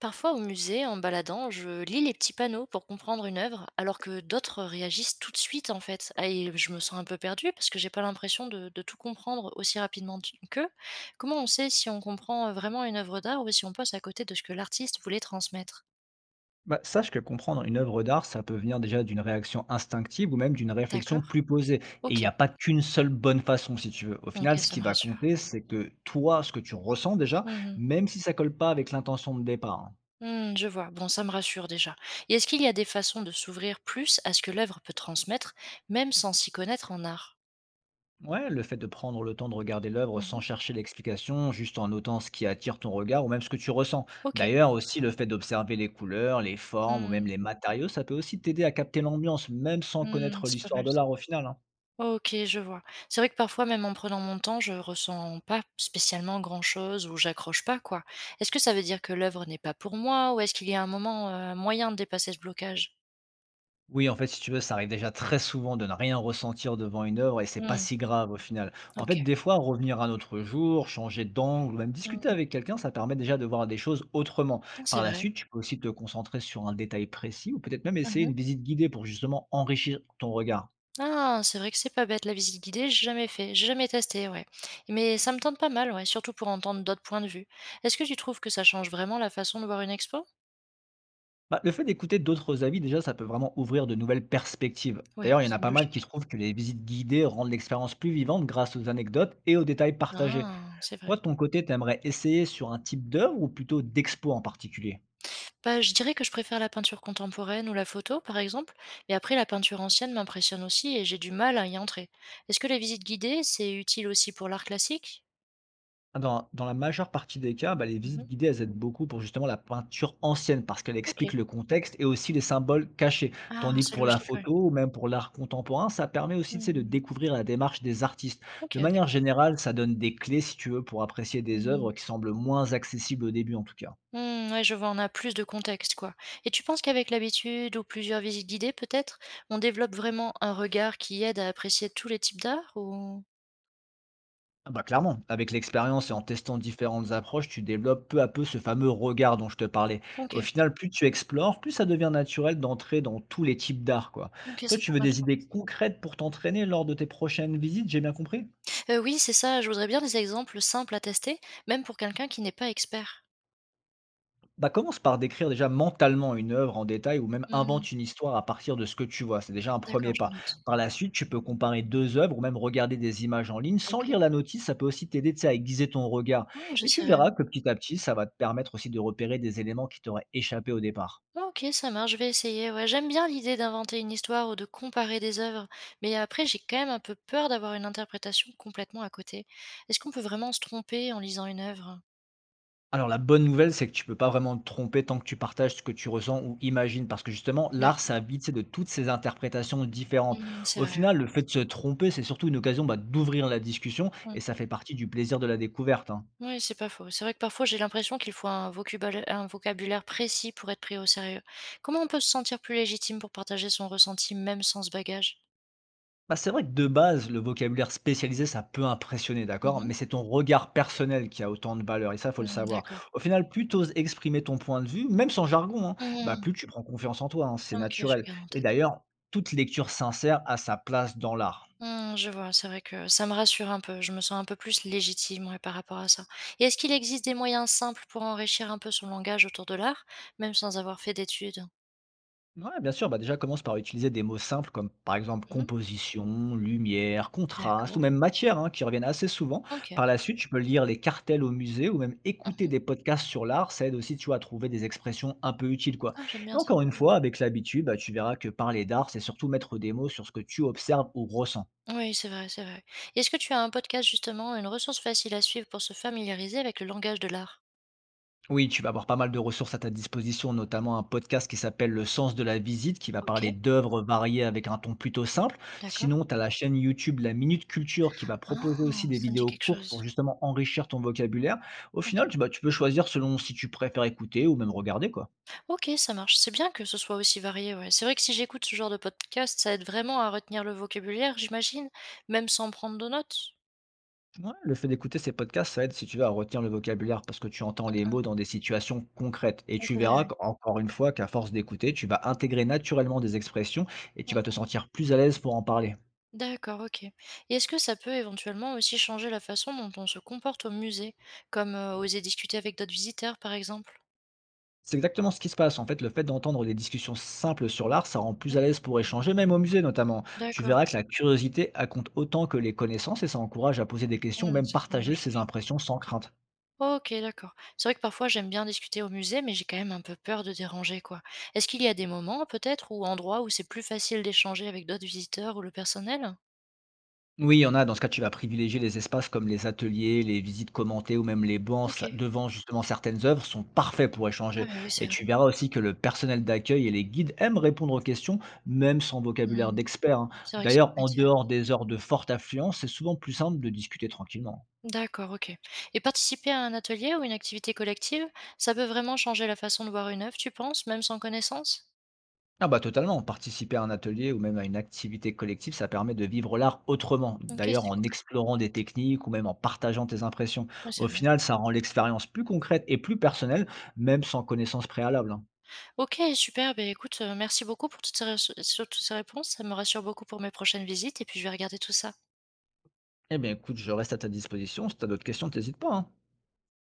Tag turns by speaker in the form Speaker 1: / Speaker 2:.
Speaker 1: Parfois au musée, en me baladant, je lis les petits panneaux pour comprendre une œuvre, alors que d'autres réagissent tout de suite en fait. Ah. Et je me sens un peu perdue parce que j'ai pas l'impression de tout comprendre aussi rapidement qu'eux. Comment on sait si on comprend vraiment une œuvre d'art ou si on passe à côté de ce que l'artiste voulait transmettre?
Speaker 2: Bah, sache que comprendre une œuvre d'art, ça peut venir déjà d'une réaction instinctive ou même d'une réflexion
Speaker 1: D'accord.
Speaker 2: plus posée. Et il
Speaker 1: Ok,
Speaker 2: n'y a pas qu'une seule bonne façon, si tu veux. Au final,
Speaker 1: ok,
Speaker 2: ce
Speaker 1: ça
Speaker 2: qui
Speaker 1: me
Speaker 2: va
Speaker 1: rassure.
Speaker 2: compter, c'est que toi, ce que tu ressens déjà,
Speaker 1: Mhm.
Speaker 2: même si ça colle pas avec l'intention de départ, hein.
Speaker 1: Hmm, je vois, bon, ça me rassure déjà. Et est-ce qu'il y a des façons de s'ouvrir plus à ce que l'œuvre peut transmettre, même sans s'y connaître en art?
Speaker 2: Ouais, le fait de prendre le temps de regarder l'œuvre sans
Speaker 1: Mhm.
Speaker 2: chercher l'explication, juste en notant ce qui attire ton regard ou même ce que tu ressens.
Speaker 1: Ok.
Speaker 2: D'ailleurs, aussi le fait d'observer les couleurs, les formes ou même
Speaker 1: Hmm,
Speaker 2: les matériaux, ça peut aussi t'aider à capter l'ambiance, même sans
Speaker 1: hmm,
Speaker 2: connaître
Speaker 1: c'est pas
Speaker 2: l'histoire
Speaker 1: mal.
Speaker 2: de l'art au final, hein.
Speaker 1: OK, je vois. C'est vrai que parfois, même en prenant mon temps, je ressens pas spécialement grand-chose ou j'accroche pas, quoi. Est-ce que ça veut dire que l'œuvre n'est pas pour moi ou est-ce qu'il y a un moment, moyen de dépasser ce blocage?
Speaker 2: Oui, en fait, si tu veux, ça arrive déjà très souvent de ne rien ressentir devant une œuvre et c'est pas
Speaker 1: Mmh,
Speaker 2: si grave au final. En
Speaker 1: OK.
Speaker 2: fait, des fois, revenir un autre jour, changer d'angle ou même discuter
Speaker 1: Mmh.
Speaker 2: avec quelqu'un, ça permet déjà de voir des choses autrement. Par
Speaker 1: C'est
Speaker 2: la
Speaker 1: vrai.
Speaker 2: suite, tu peux aussi te concentrer sur un détail précis ou peut-être même essayer une
Speaker 1: Mmh.
Speaker 2: visite guidée pour justement enrichir ton regard.
Speaker 1: Ah, c'est vrai que c'est pas bête la visite guidée, j'ai jamais fait, j'ai jamais testé, ouais. Mais ça me tente pas mal, ouais, surtout pour entendre d'autres points de vue. Est-ce que tu trouves que ça change vraiment la façon de voir une expo?
Speaker 2: Bah, le fait d'écouter d'autres avis, déjà, ça peut vraiment ouvrir de nouvelles perspectives.
Speaker 1: Oui,
Speaker 2: D'ailleurs, il y en a
Speaker 1: semble
Speaker 2: pas mal qui
Speaker 1: logique.
Speaker 2: trouvent que les visites guidées rendent l'expérience plus vivante grâce aux anecdotes et aux détails partagés.
Speaker 1: Ah, c'est
Speaker 2: Toi,
Speaker 1: vrai.
Speaker 2: de ton côté, tu aimerais essayer sur un type d'œuvre ou plutôt d'expo en particulier?
Speaker 1: Bah, je dirais que je préfère la peinture contemporaine ou la photo, par exemple, mais après la peinture ancienne m'impressionne aussi et j'ai du mal à y entrer. Est-ce que les visites guidées, c'est utile aussi pour l'art classique?
Speaker 2: Ah, dans la majeure partie des cas, bah, les
Speaker 1: Mhm.
Speaker 2: visites guidées, elles aident beaucoup pour justement la peinture ancienne parce qu'elle
Speaker 1: Ok.
Speaker 2: explique le contexte et aussi les symboles cachés.
Speaker 1: Ah,
Speaker 2: Tandis que
Speaker 1: c'est
Speaker 2: pour la
Speaker 1: logique, ouais.
Speaker 2: photo ou même pour l'art contemporain, ça permet aussi, tu sais, de
Speaker 1: Mhm.
Speaker 2: découvrir la démarche des artistes.
Speaker 1: Ok,
Speaker 2: De manière
Speaker 1: d'accord.
Speaker 2: générale, ça donne des clés, si tu veux, pour apprécier des
Speaker 1: Mhm.
Speaker 2: œuvres qui semblent moins accessibles au début, en tout cas.
Speaker 1: Hmm, ouais, je vois, on a plus de contexte, quoi. Et tu penses qu'avec l'habitude ou plusieurs visites guidées, peut-être, on développe vraiment un regard qui aide à apprécier tous les types d'art ou...
Speaker 2: Ah bah clairement, avec l'expérience et en
Speaker 1: Mm.
Speaker 2: testant différentes approches, tu développes peu à peu ce fameux regard dont je te parlais.
Speaker 1: Ok,
Speaker 2: Au final, plus tu explores, plus ça devient naturel d'entrer dans tous les types d'art, quoi.
Speaker 1: ok,
Speaker 2: Toi,
Speaker 1: c'est
Speaker 2: tu
Speaker 1: pas
Speaker 2: veux
Speaker 1: mal.
Speaker 2: des idées concrètes pour t'entraîner lors de tes prochaines visites, j'ai bien compris?
Speaker 1: Oui, c'est ça, je voudrais bien des exemples simples à tester, même pour quelqu'un qui n'est pas expert.
Speaker 2: Bah, commence par décrire déjà mentalement une œuvre en détail ou même
Speaker 1: Mmh.
Speaker 2: invente une histoire à partir de ce que tu vois. C'est déjà un premier
Speaker 1: D'accord, je
Speaker 2: pas.
Speaker 1: note.
Speaker 2: Par la suite, tu peux comparer deux œuvres ou même regarder des images en ligne sans
Speaker 1: OK.
Speaker 2: lire la notice. Ça peut aussi t'aider, tu sais, à aiguiser ton regard.
Speaker 1: Oh, je
Speaker 2: Et tu
Speaker 1: sais.
Speaker 2: verras que petit à petit, ça va te permettre aussi de repérer des éléments qui t'auraient échappé au départ.
Speaker 1: OK, ça marche, je vais essayer, ouais. J'aime bien l'idée d'inventer une histoire ou de comparer des œuvres, mais après, j'ai quand même un peu peur d'avoir une interprétation complètement à côté. Est-ce qu'on peut vraiment se tromper en lisant une œuvre?
Speaker 2: Alors la bonne nouvelle, c'est que tu peux pas vraiment te tromper tant que tu partages ce que tu ressens ou imagines, parce que justement, l'art, ça
Speaker 1: D'accord.
Speaker 2: habite, c'est de toutes ces interprétations différentes.
Speaker 1: Mmh, c'est
Speaker 2: Au
Speaker 1: vrai,
Speaker 2: final, le fait de se tromper, c'est surtout une occasion bah, d'ouvrir la discussion,
Speaker 1: ouais.
Speaker 2: et
Speaker 1: Mmh.
Speaker 2: ça fait partie du plaisir de la découverte, hein.
Speaker 1: Oui, c'est pas faux. C'est vrai que parfois, j'ai l'impression qu'il faut un vocubal un vocabulaire précis pour être pris au sérieux. Comment on peut se sentir plus légitime pour partager son ressenti, même sans ce bagage?
Speaker 2: Bah, c'est vrai que de base, le vocabulaire spécialisé, ça peut impressionner,
Speaker 1: Mmh
Speaker 2: d'accord,
Speaker 1: mh.
Speaker 2: mais c'est ton regard personnel qui a autant de valeur, et ça, faut le
Speaker 1: Mmh,
Speaker 2: savoir.
Speaker 1: d'accord.
Speaker 2: Au final, plus tu exprimer ton point de vue, même sans jargon, hein, bah,
Speaker 1: Mmh.
Speaker 2: plus tu prends confiance en toi, hein, c'est
Speaker 1: OK, je
Speaker 2: naturel.
Speaker 1: garde en
Speaker 2: Et
Speaker 1: tête.
Speaker 2: d'ailleurs, toute lecture sincère a sa place dans l'art.
Speaker 1: Mmh, je vois, c'est vrai que ça me rassure un peu. Je me sens un peu plus légitime, ouais, par rapport à ça. Et est-ce qu'il existe des moyens simples pour enrichir un peu son langage autour de l'art, même sans avoir fait d'études?
Speaker 2: Ouais, bien sûr, bah déjà commence par utiliser des mots simples comme par exemple
Speaker 1: Mmh.
Speaker 2: composition, lumière, contraste ou
Speaker 1: D'accord.
Speaker 2: même matière, hein, qui reviennent assez souvent.
Speaker 1: OK.
Speaker 2: Par la suite, tu peux lire les cartels au musée ou même écouter des podcasts sur l'art, ça aide aussi tu vois, à trouver des expressions un peu utiles quoi.
Speaker 1: Ah, j'aime
Speaker 2: Et
Speaker 1: bien ça.
Speaker 2: encore une fois, avec l'habitude, bah, tu verras que parler d'art, c'est surtout mettre des mots sur ce que tu observes ou ressens.
Speaker 1: Oui, c'est vrai, c'est vrai. Est-ce que tu as un podcast justement, une ressource facile à suivre pour se familiariser avec le langage de l'art?
Speaker 2: Oui, tu vas avoir pas mal de ressources à ta disposition, notamment un podcast qui s'appelle Le Sens de la Visite, qui va
Speaker 1: OK,
Speaker 2: parler d'œuvres variées avec un ton plutôt simple.
Speaker 1: d'accord.
Speaker 2: Sinon, tu as la chaîne YouTube La Minute Culture qui va proposer aussi
Speaker 1: Ah!
Speaker 2: des
Speaker 1: Ça me dit
Speaker 2: vidéos
Speaker 1: quelque
Speaker 2: courtes pour
Speaker 1: chose.
Speaker 2: justement enrichir ton vocabulaire. Au
Speaker 1: OK.
Speaker 2: final, tu peux choisir selon si tu préfères écouter ou même regarder, quoi.
Speaker 1: OK, ça marche. C'est bien que ce soit aussi varié, ouais. C'est vrai que si j'écoute ce genre de podcast, ça aide vraiment à retenir le vocabulaire, j'imagine, même sans prendre de notes?
Speaker 2: Ouais, le fait d'écouter ces podcasts, ça aide si tu veux à retenir le vocabulaire parce que tu entends les mots dans des situations concrètes. Et
Speaker 1: Oui,
Speaker 2: tu
Speaker 1: c'est vrai,
Speaker 2: verras,
Speaker 1: oui.
Speaker 2: encore une fois, qu'à force d'écouter, tu vas intégrer naturellement des expressions et tu vas
Speaker 1: Mmh.
Speaker 2: te sentir plus à l'aise pour en parler.
Speaker 1: D'accord, OK. Et est-ce que ça peut éventuellement aussi changer la façon dont on se comporte au musée, comme, oser discuter avec d'autres visiteurs, par exemple?
Speaker 2: C'est exactement ce qui se passe. En fait, le fait d'entendre des discussions simples sur l'art, ça rend plus à
Speaker 1: Mmh?
Speaker 2: l'aise pour échanger, même au musée notamment. Tu
Speaker 1: D'accord.
Speaker 2: verras que la curiosité elle compte autant que les connaissances et ça encourage à poser des questions ou
Speaker 1: Mmh,
Speaker 2: même
Speaker 1: ça semble
Speaker 2: partager ses
Speaker 1: logique.
Speaker 2: impressions sans crainte.
Speaker 1: OK, d'accord. C'est vrai que parfois j'aime bien discuter au musée, mais j'ai quand même un peu peur de déranger, quoi. Est-ce qu'il y a des moments peut-être ou endroits où c'est plus facile d'échanger avec d'autres visiteurs ou le personnel?
Speaker 2: Oui, il y en a. Dans ce cas, tu vas privilégier les espaces comme les ateliers, les visites commentées ou même les bancs
Speaker 1: OK.
Speaker 2: devant justement certaines œuvres sont parfaits pour
Speaker 1: Ah,
Speaker 2: échanger.
Speaker 1: bah, oui, c'est
Speaker 2: Et
Speaker 1: vrai.
Speaker 2: tu verras aussi que le personnel d'accueil et les guides aiment répondre aux questions, même sans vocabulaire
Speaker 1: Mmh.
Speaker 2: d'expert, hein.
Speaker 1: C'est vrai que c'est un
Speaker 2: D'ailleurs, en
Speaker 1: métier.
Speaker 2: dehors des heures de forte affluence, c'est souvent plus simple de discuter tranquillement.
Speaker 1: D'accord, OK. Et participer à un atelier ou une activité collective, ça peut vraiment changer la façon de voir une œuvre, tu penses, même sans connaissance?
Speaker 2: Ah bah totalement, participer à un atelier ou même à une activité collective, ça permet de vivre l'art autrement,
Speaker 1: OK,
Speaker 2: d'ailleurs
Speaker 1: c'est
Speaker 2: en
Speaker 1: cool.
Speaker 2: explorant des techniques ou même en partageant tes impressions.
Speaker 1: Oui,
Speaker 2: Au
Speaker 1: c'est vrai.
Speaker 2: final, ça rend l'expérience plus concrète et plus personnelle, même sans connaissance préalable, hein.
Speaker 1: OK, super. Ben écoute, merci beaucoup pour toutes ces rés sur toutes ces réponses. Ça me rassure beaucoup pour mes prochaines visites et puis je vais regarder tout ça.
Speaker 2: Eh bien écoute, je reste à ta disposition, si tu as d'autres questions, n'hésite pas, hein.